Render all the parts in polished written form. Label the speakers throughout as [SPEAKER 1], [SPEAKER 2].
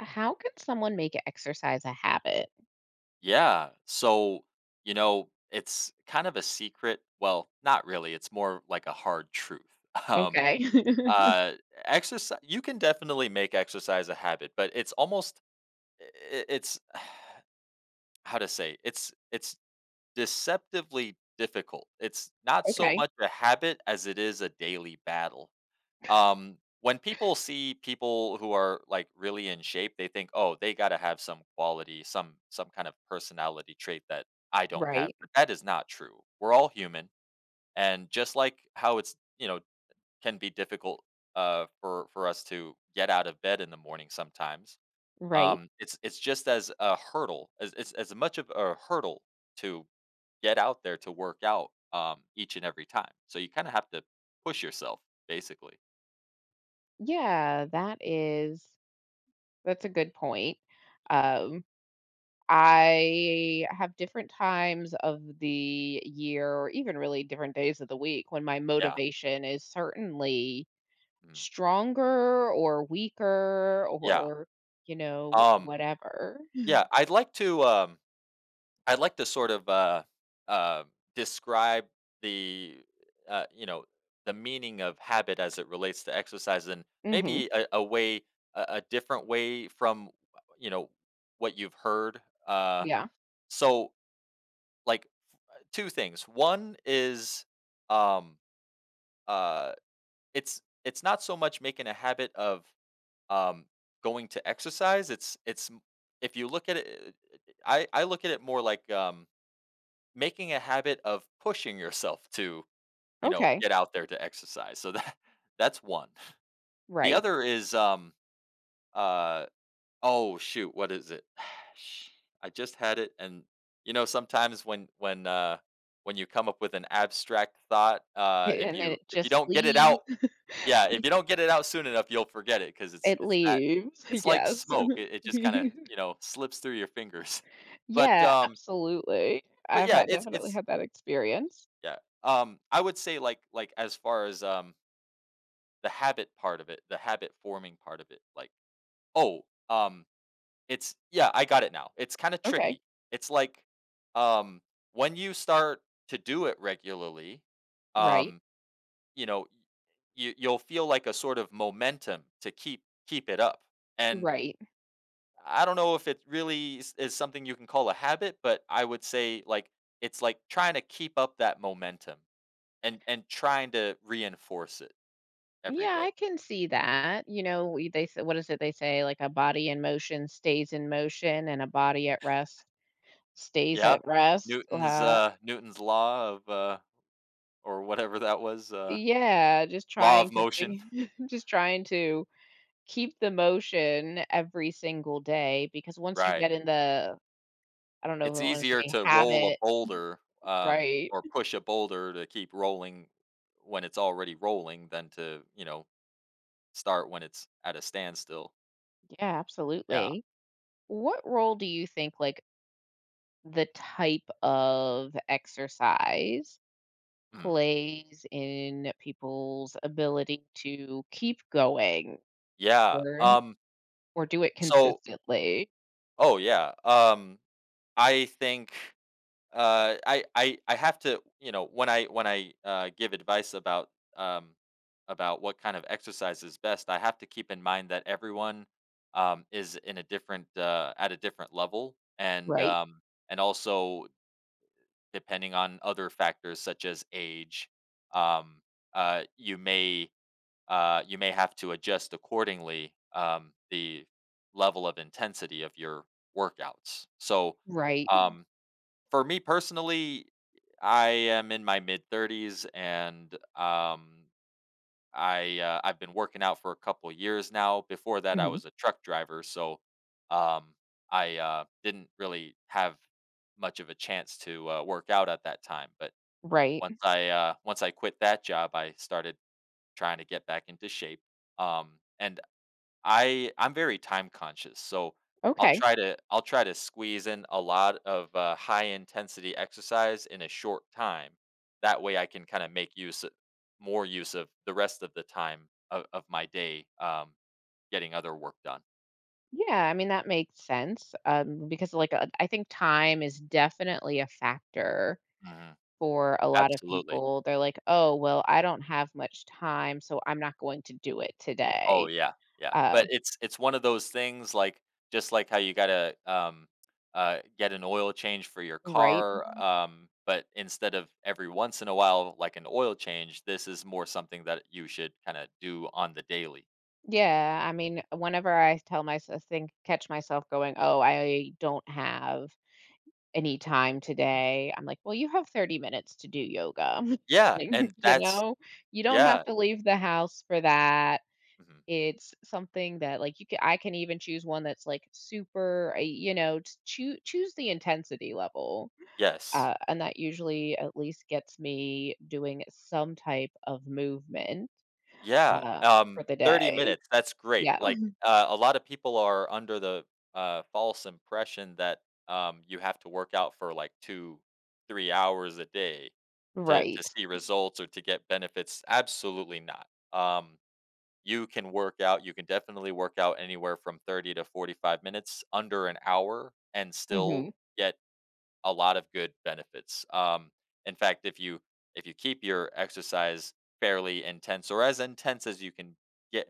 [SPEAKER 1] How can someone make exercise a habit?
[SPEAKER 2] Yeah. It's kind of a secret. Well, not really. It's more like a hard truth. Um,
[SPEAKER 1] Okay.
[SPEAKER 2] uh, exercise, you can definitely make exercise a habit, but it's almost, I- I- it's how to say, it's deceptively difficult. It's not so
[SPEAKER 1] Okay.
[SPEAKER 2] much a habit as it is a daily battle. When people see people who are like really in shape, they think, oh, they got to have some quality, some kind of personality trait that I don't have.
[SPEAKER 1] Right.
[SPEAKER 2] But that is not true. We're all human, and just like how it's you know can be difficult for us to get out of bed in the morning sometimes.
[SPEAKER 1] Right.
[SPEAKER 2] It's just as a hurdle, as much of a hurdle to get out there to work out each and every time. So you kind of have to push yourself, basically.
[SPEAKER 1] Yeah, that is that's a good point. Um, I have different times of the year, or even really different days of the week, when my
[SPEAKER 2] Yeah.
[SPEAKER 1] motivation is certainly
[SPEAKER 2] Mm.
[SPEAKER 1] stronger or weaker
[SPEAKER 2] Yeah.
[SPEAKER 1] or, you know,
[SPEAKER 2] Um,
[SPEAKER 1] whatever.
[SPEAKER 2] yeah, I'd like to sort of, uh, describe the, uh, you know, the meaning of habit as it relates to exercise, and
[SPEAKER 1] Hmm.
[SPEAKER 2] maybe a way, a different way from, you know, what you've heard. Uh,
[SPEAKER 1] Yeah.
[SPEAKER 2] so like two things. One is, um, uh, it's not so much making a habit of um, going to exercise. If you look at it, I look at it more like, making a habit of pushing yourself to, you know,
[SPEAKER 1] Okay.
[SPEAKER 2] get out there to exercise. So that, that's one. The
[SPEAKER 1] Right.
[SPEAKER 2] other is, uh oh shoot, what is it? Sh- I just had it, and you know, sometimes when when you come up with an abstract thought, if
[SPEAKER 1] And then
[SPEAKER 2] you,
[SPEAKER 1] it
[SPEAKER 2] if you
[SPEAKER 1] just
[SPEAKER 2] don't get it
[SPEAKER 1] leaves.
[SPEAKER 2] out, yeah, if you don't get it out soon enough, you'll forget it, because it's
[SPEAKER 1] It
[SPEAKER 2] it's that,
[SPEAKER 1] leaves,
[SPEAKER 2] it's like
[SPEAKER 1] yes.
[SPEAKER 2] smoke, it just kinda, you know, slips through your fingers. But,
[SPEAKER 1] Yeah,
[SPEAKER 2] um
[SPEAKER 1] absolutely.
[SPEAKER 2] but
[SPEAKER 1] I've
[SPEAKER 2] yeah,
[SPEAKER 1] had definitely had that experience.
[SPEAKER 2] yeah, I would say, like, as far as, the habit part of it, the habit forming part of it, like, oh, um, it's, yeah, I got it now. It's kinda
[SPEAKER 1] Okay.
[SPEAKER 2] tricky. It's like, um, when you start to do it regularly,
[SPEAKER 1] Right,
[SPEAKER 2] um, you know, you you'll feel like a sort of momentum to keep it up, and
[SPEAKER 1] right.
[SPEAKER 2] I don't know if it really is something you can call a habit, but I would say like it's like trying to keep up that momentum and trying to reinforce it every
[SPEAKER 1] Yeah,
[SPEAKER 2] day.
[SPEAKER 1] I can see that, you know, we they say what is it they say, like, "A body in motion stays in motion, and a body at rest stays
[SPEAKER 2] Yeah,
[SPEAKER 1] at rest."
[SPEAKER 2] Newton's uh Newton's law of, uh, or whatever that was, uh,
[SPEAKER 1] Yeah, just
[SPEAKER 2] law
[SPEAKER 1] trying
[SPEAKER 2] of
[SPEAKER 1] to
[SPEAKER 2] motion.
[SPEAKER 1] fig just trying to keep the motion every single day because once you
[SPEAKER 2] Right.
[SPEAKER 1] get in the I don't know
[SPEAKER 2] It's
[SPEAKER 1] if I wanna
[SPEAKER 2] easier
[SPEAKER 1] say
[SPEAKER 2] to roll a
[SPEAKER 1] habit,
[SPEAKER 2] boulder,
[SPEAKER 1] right.
[SPEAKER 2] or push a boulder, to keep rolling when it's already rolling than to, you know, start when it's at a standstill.
[SPEAKER 1] Yeah,
[SPEAKER 2] Yeah.
[SPEAKER 1] absolutely. What role do you think like the type of exercise
[SPEAKER 2] Mm.
[SPEAKER 1] plays in people's ability to keep going
[SPEAKER 2] Yeah.
[SPEAKER 1] or or do it
[SPEAKER 2] So.
[SPEAKER 1] consistently?
[SPEAKER 2] Oh yeah. I think, I have to, you know, when I give advice about, um about what kind of exercise is best, I have to keep in mind that everyone, is in a different, at a different level, and
[SPEAKER 1] Right?
[SPEAKER 2] also depending on other factors such as age, um you may, you may have to adjust accordingly, the level of intensity of your workouts. So,
[SPEAKER 1] Right.
[SPEAKER 2] um, for me personally, I am in my mid 30s, and, I've been working out for a couple years now. Before that, I
[SPEAKER 1] Mhm.
[SPEAKER 2] was a truck driver, so, um, I didn't really have much of a chance to, work out at that time. But
[SPEAKER 1] Right.
[SPEAKER 2] once I quit that job, I started trying to get back into shape. And I I'm very time conscious, so
[SPEAKER 1] Okay.
[SPEAKER 2] I'll try to squeeze in a lot of, high intensity exercise in a short time. That way, I can kind of make use more use of the rest of the time of my day, getting other work done.
[SPEAKER 1] Yeah, I mean that makes sense. Because I think time is definitely a factor
[SPEAKER 2] Hmm.
[SPEAKER 1] for a lot of
[SPEAKER 2] Absolutely.
[SPEAKER 1] people. They're like, "Oh, well, I don't have much time, so I'm not going to do it
[SPEAKER 2] Oh,
[SPEAKER 1] today."
[SPEAKER 2] yeah,
[SPEAKER 1] Uh,
[SPEAKER 2] but it's one of those things, like, just like how you gotta, get an oil change for your
[SPEAKER 1] right?
[SPEAKER 2] car, but instead of every once in a while, like an oil change, this is more something that you should kinda do on the daily.
[SPEAKER 1] Yeah, I mean, whenever I tell myself think catch myself going, "Oh, I don't have any time
[SPEAKER 2] Mm.
[SPEAKER 1] today." I'm like, "Well, you have 30 minutes to do yoga."
[SPEAKER 2] Yeah,
[SPEAKER 1] Like,
[SPEAKER 2] and
[SPEAKER 1] you
[SPEAKER 2] that's,
[SPEAKER 1] know? You don't have
[SPEAKER 2] yeah,
[SPEAKER 1] to leave the house for that.
[SPEAKER 2] mhm,
[SPEAKER 1] It's something that, like, you can I can even choose one that's, like, super, you know, t choose the intensity level,
[SPEAKER 2] yes.
[SPEAKER 1] and that usually at least gets me doing some type of movement,
[SPEAKER 2] Yeah,
[SPEAKER 1] uh, for the
[SPEAKER 2] 30
[SPEAKER 1] day.
[SPEAKER 2] minutes, that's great,
[SPEAKER 1] Yeah.
[SPEAKER 2] like, a lot of people are under the, false impression that, you have to work out for, like, 2, 3 hours a day to
[SPEAKER 1] Right.
[SPEAKER 2] see results or to get benefits. Absolutely not, um, you can work out, you can definitely work out anywhere from 30 to 45 minutes, under an hour, and still
[SPEAKER 1] Hmm.
[SPEAKER 2] get a lot of good benefits. In fact, if you, if you keep your exercise fairly intense, or as intense as you can get,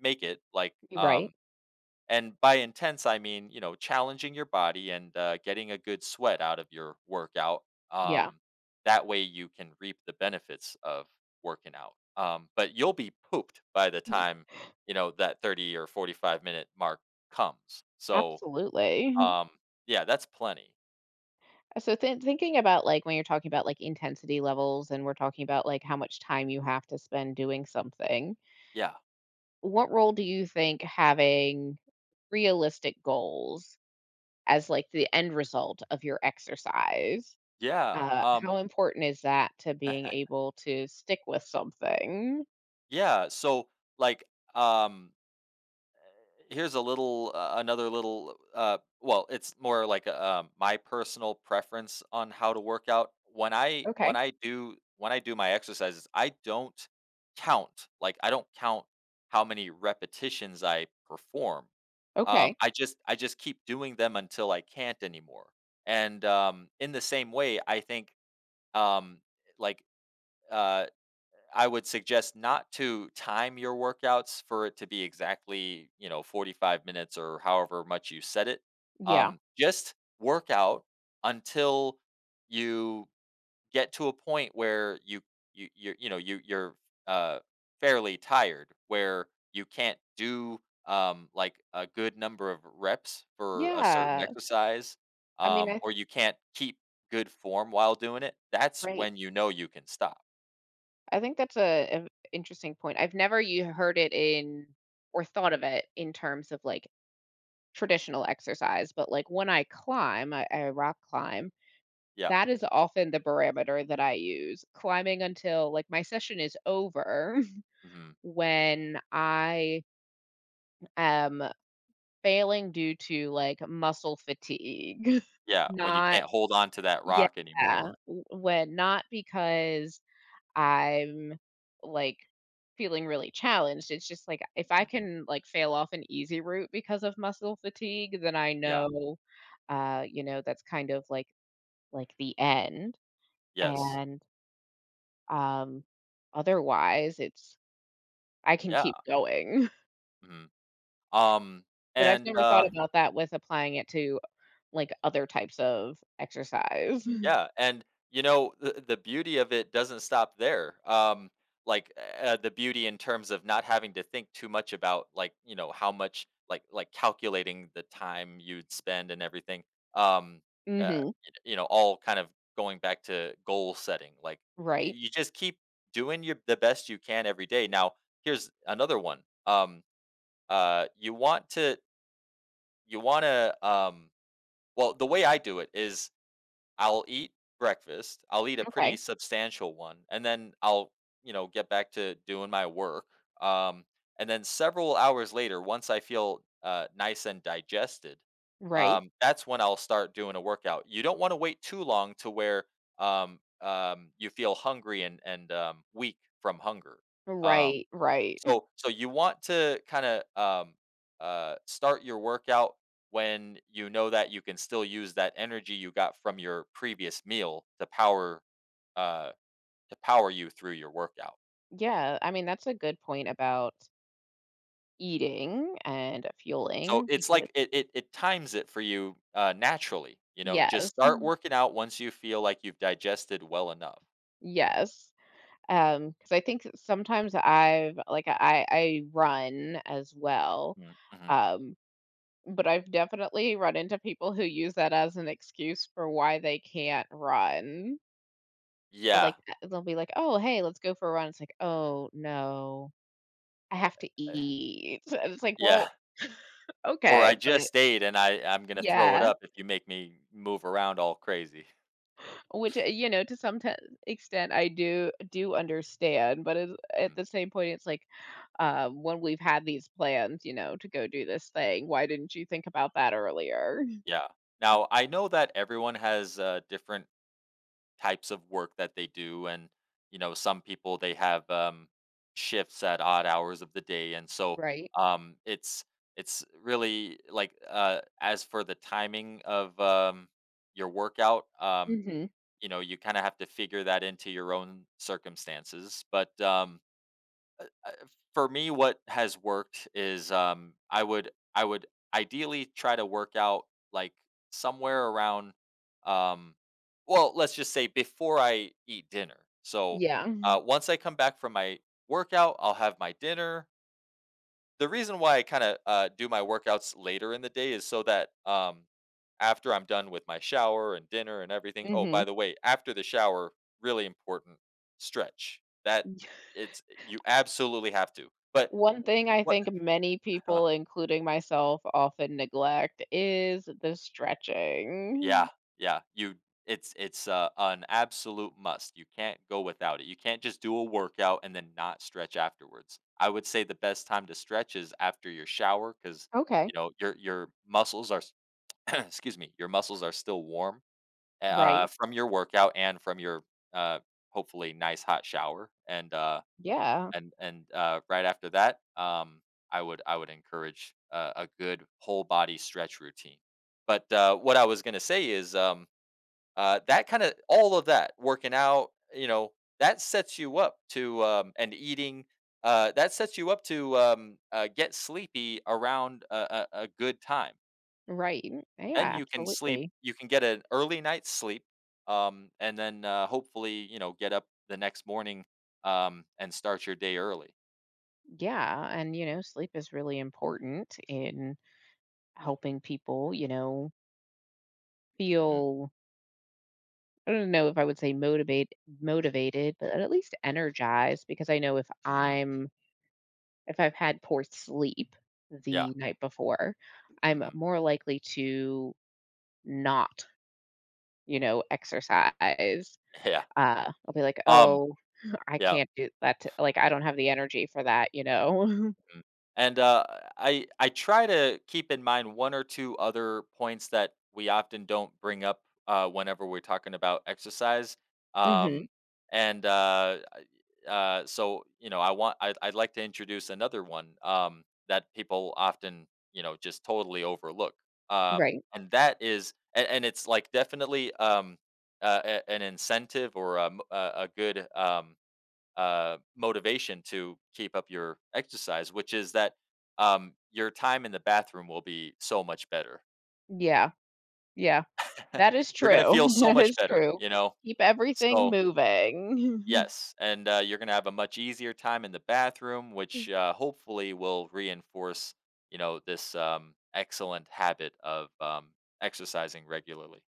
[SPEAKER 2] make it, like,
[SPEAKER 1] Right.
[SPEAKER 2] and by intense I mean, you know, challenging your body and, getting a good sweat out of your workout.
[SPEAKER 1] Yeah.
[SPEAKER 2] Um, that way you can reap the benefits of working out. But you'll be pooped by the
[SPEAKER 1] Y
[SPEAKER 2] time, you know, that 30 or 45-minute mark comes. So,
[SPEAKER 1] Absolutely.
[SPEAKER 2] um, yeah, that's plenty.
[SPEAKER 1] So thinking about, like, when you're talking about, like, intensity levels and we're talking about, like, how much time you have to spend doing something,
[SPEAKER 2] Yeah.
[SPEAKER 1] what role do you think having realistic goals as, like, the end result of your exercise,
[SPEAKER 2] Yeah,
[SPEAKER 1] how important is that to being able to stick with something?
[SPEAKER 2] yeah, so, like, um, here's a little, another little, uh, well, it's more like, a, my personal preference on how to work out. When
[SPEAKER 1] Okay.
[SPEAKER 2] I do my exercises, I don't count how many repetitions I perform.
[SPEAKER 1] Okay.
[SPEAKER 2] I just keep doing them until I can't anymore, and, in the same way, I think, um, like, uh I would suggest not to time your workouts for it to be exactly, you know, 45 minutes or however much you set it.
[SPEAKER 1] Yeah.
[SPEAKER 2] Just work out until you get to a point where you know you're uh, fairly tired, where you can't do, like a good number of reps for a certain
[SPEAKER 1] Yeah.
[SPEAKER 2] exercise,
[SPEAKER 1] I mean, I
[SPEAKER 2] or you can't keep good form while doing it. That's
[SPEAKER 1] right.
[SPEAKER 2] when you know you can stop.
[SPEAKER 1] I think that's a an interesting point. I've never you heard it in or thought of it in terms of like traditional exercise, but like when I climb, I rock climb,
[SPEAKER 2] Yeah.
[SPEAKER 1] that is often the barometer that I use. Climbing until like my session is over
[SPEAKER 2] Hmm.
[SPEAKER 1] when I am failing due to like muscle fatigue.
[SPEAKER 2] Yeah, when you
[SPEAKER 1] Not
[SPEAKER 2] can't hold on to that rock
[SPEAKER 1] yeah,
[SPEAKER 2] anymore.
[SPEAKER 1] when not because I'm, like, feeling really challenged. It's just, like, if I
[SPEAKER 2] Mhm.
[SPEAKER 1] can, like, fail off an easy route because of muscle fatigue, then I
[SPEAKER 2] Yeah.
[SPEAKER 1] know, you know, that's kind of, like, the end,
[SPEAKER 2] Yes.
[SPEAKER 1] and, um, otherwise, it's I can
[SPEAKER 2] Yeah.
[SPEAKER 1] keep going.
[SPEAKER 2] Mhm. Um,
[SPEAKER 1] But I've
[SPEAKER 2] and,
[SPEAKER 1] never thought
[SPEAKER 2] uh
[SPEAKER 1] about that with applying it to, like, other types of exercise.
[SPEAKER 2] yeah, and, you know, the beauty of it doesn't stop there. Like, the beauty in terms of not having to think too much about, like, you know, how much like, calculating the time you'd spend and everything. Um, uh,
[SPEAKER 1] Mhm.
[SPEAKER 2] y you know, all kind of going back to goal setting, like, you
[SPEAKER 1] Right.
[SPEAKER 2] you just keep doing your the best you can every day. Now, here's another one. You want to, um, well, the way I do it is I'll eat breakfast. I'll eat a pretty
[SPEAKER 1] Okay.
[SPEAKER 2] substantial one and then I'll, you know, get back to doing my work. Um, and then several hours later, once I feel, uh, nice and digested,
[SPEAKER 1] Right.
[SPEAKER 2] um, that's when I'll start doing a workout. You don't want to wait too long to where, you feel hungry and weak from hunger. Um,
[SPEAKER 1] Right, right.
[SPEAKER 2] so, you want to kinda, start your workout when you know that you can still use that energy you got from your previous meal to power, uh, to power you through your workout.
[SPEAKER 1] Yeah, I mean, that's a good point about eating and
[SPEAKER 2] So
[SPEAKER 1] fueling
[SPEAKER 2] it's
[SPEAKER 1] because
[SPEAKER 2] like it times it for you, naturally, you know, just
[SPEAKER 1] yes,
[SPEAKER 2] start working out once you feel like you've digested well enough.
[SPEAKER 1] yes, because I think that sometimes I've like, I run as well,
[SPEAKER 2] Mm, mhm.
[SPEAKER 1] um, but I've definitely run into people who use that as an excuse for why they can't run.
[SPEAKER 2] Yeah,
[SPEAKER 1] They'll be like, "Oh, hey, let's go for a run." It's like, "Oh, no, I have to
[SPEAKER 2] eh,
[SPEAKER 1] eat." And it's like,
[SPEAKER 2] yeah,
[SPEAKER 1] "Well,
[SPEAKER 2] or
[SPEAKER 1] okay,
[SPEAKER 2] I
[SPEAKER 1] but"
[SPEAKER 2] just ate, and I'm gonna throw it
[SPEAKER 1] Yeah.
[SPEAKER 2] up if you make me move around all crazy.
[SPEAKER 1] Which, you know, to some t extent, I do do understand, but
[SPEAKER 2] Hmm.
[SPEAKER 1] at the same point, it's like, when we've had these plans, you know, to go do this thing, why didn't you think about that earlier?
[SPEAKER 2] Yeah. Now, I know that everyone has, different types of work that they do, and you know, some people they have, shifts at odd hours of the day, and so,
[SPEAKER 1] Right.
[SPEAKER 2] um, it's it's really like, as for the timing of, your workout,
[SPEAKER 1] Mhm.
[SPEAKER 2] you know, you kind of have to figure that into your own circumstances. But, uh, for me, what has worked is, I would ideally try to work out, like, somewhere around, um, well, let's just say before I eat dinner. So,
[SPEAKER 1] Yeah.
[SPEAKER 2] once I come back from my workout, I'll have my dinner. The reason why I kind of, do my workouts later in the day is so that, after I'm done with my shower and dinner and everything. Oh, by
[SPEAKER 1] Mhm.
[SPEAKER 2] the way, after the shower, really important, stretch. That, it's, you absolutely have to. But
[SPEAKER 1] One
[SPEAKER 2] w-
[SPEAKER 1] thing I
[SPEAKER 2] w-
[SPEAKER 1] think many
[SPEAKER 2] what?
[SPEAKER 1] people, including myself, often neglect is the
[SPEAKER 2] yeah,
[SPEAKER 1] stretching.
[SPEAKER 2] yeah. You, it's an absolute must. You can't go without it. You can't just do a workout and then not stretch afterwards. I would say the best time to stretch is after your shower because you
[SPEAKER 1] Okay.
[SPEAKER 2] know your muscles are, excuse me, your muscles are still warm,
[SPEAKER 1] Right.
[SPEAKER 2] from your workout and from your, uh, hopefully nice hot shower. And,
[SPEAKER 1] Yeah.
[SPEAKER 2] right after that, I would encourage, a good whole body stretch routine. But, what I was gonna say is, that kind of, all of that working out, you know, that sets you up to, and eating. That sets you up to, get sleepy around a good time.
[SPEAKER 1] Right.
[SPEAKER 2] Then
[SPEAKER 1] Yeah,
[SPEAKER 2] you can sleep,
[SPEAKER 1] absolutely.
[SPEAKER 2] you can get an early night's sleep, and then, hopefully, you know, get up the next morning, and start your day early.
[SPEAKER 1] Yeah, and, you know, sleep is really important in helping people, you know,
[SPEAKER 2] Mhm,
[SPEAKER 1] feel I don't know if I would say motivated, but at least energized because I know if
[SPEAKER 2] mhm,
[SPEAKER 1] I'm if I've had poor sleep
[SPEAKER 2] yeah,
[SPEAKER 1] the night before, I'm
[SPEAKER 2] mhm,
[SPEAKER 1] more likely to not, you know, exercise.
[SPEAKER 2] yeah,
[SPEAKER 1] I'll be like,
[SPEAKER 2] um,
[SPEAKER 1] oh, I
[SPEAKER 2] yeah.
[SPEAKER 1] can't do that. Like, I don't have the energy for that, you know?
[SPEAKER 2] Mhm. And, uh, I try to keep in mind one or two other points that we often don't bring up, whenever we're talking about exercise.
[SPEAKER 1] Hmm.
[SPEAKER 2] Um, and uh, I- so you know, I'd like to introduce another one, that people often, you know, just totally overlook. Um,
[SPEAKER 1] Right.
[SPEAKER 2] and that is, and it's like definitely, an incentive, or a good, motivation to keep up your exercise, which is that, your time in the bathroom will be so much better.
[SPEAKER 1] Yeah. Yeah. That is
[SPEAKER 2] you're gonna
[SPEAKER 1] true.
[SPEAKER 2] feel so
[SPEAKER 1] That
[SPEAKER 2] much
[SPEAKER 1] is
[SPEAKER 2] better,
[SPEAKER 1] true.
[SPEAKER 2] you know.
[SPEAKER 1] Keep everything
[SPEAKER 2] So
[SPEAKER 1] moving.
[SPEAKER 2] yes, and, you're gonna have a much easier time in the bathroom, which, hopefully will reinforce, you know, this, excellent habit of, exercising regularly.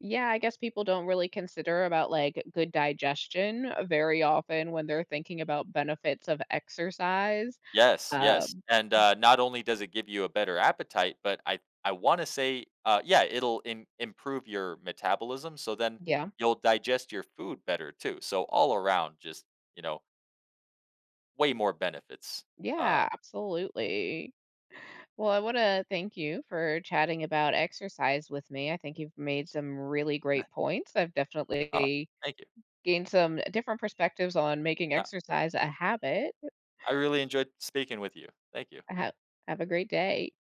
[SPEAKER 1] Yeah, I guess people don't really consider about like good digestion very often when they're thinking about benefits of exercise.
[SPEAKER 2] Yes, yes,
[SPEAKER 1] Um,
[SPEAKER 2] and, not only does it give you a better appetite, but I wanna say, yeah, it'll in improve your metabolism, so then
[SPEAKER 1] yeah,
[SPEAKER 2] you'll digest your food better too, so all around just, you know, way more benefits. Uh,
[SPEAKER 1] yeah, absolutely. Well, I want to thank you for chatting about exercise with me. I think you've made some really great points. I've
[SPEAKER 2] oh,
[SPEAKER 1] definitely
[SPEAKER 2] thank you.
[SPEAKER 1] gained some different perspectives on making
[SPEAKER 2] Yeah,
[SPEAKER 1] exercise a habit.
[SPEAKER 2] I really enjoyed speaking with you. Thank you.
[SPEAKER 1] Have, have a great day.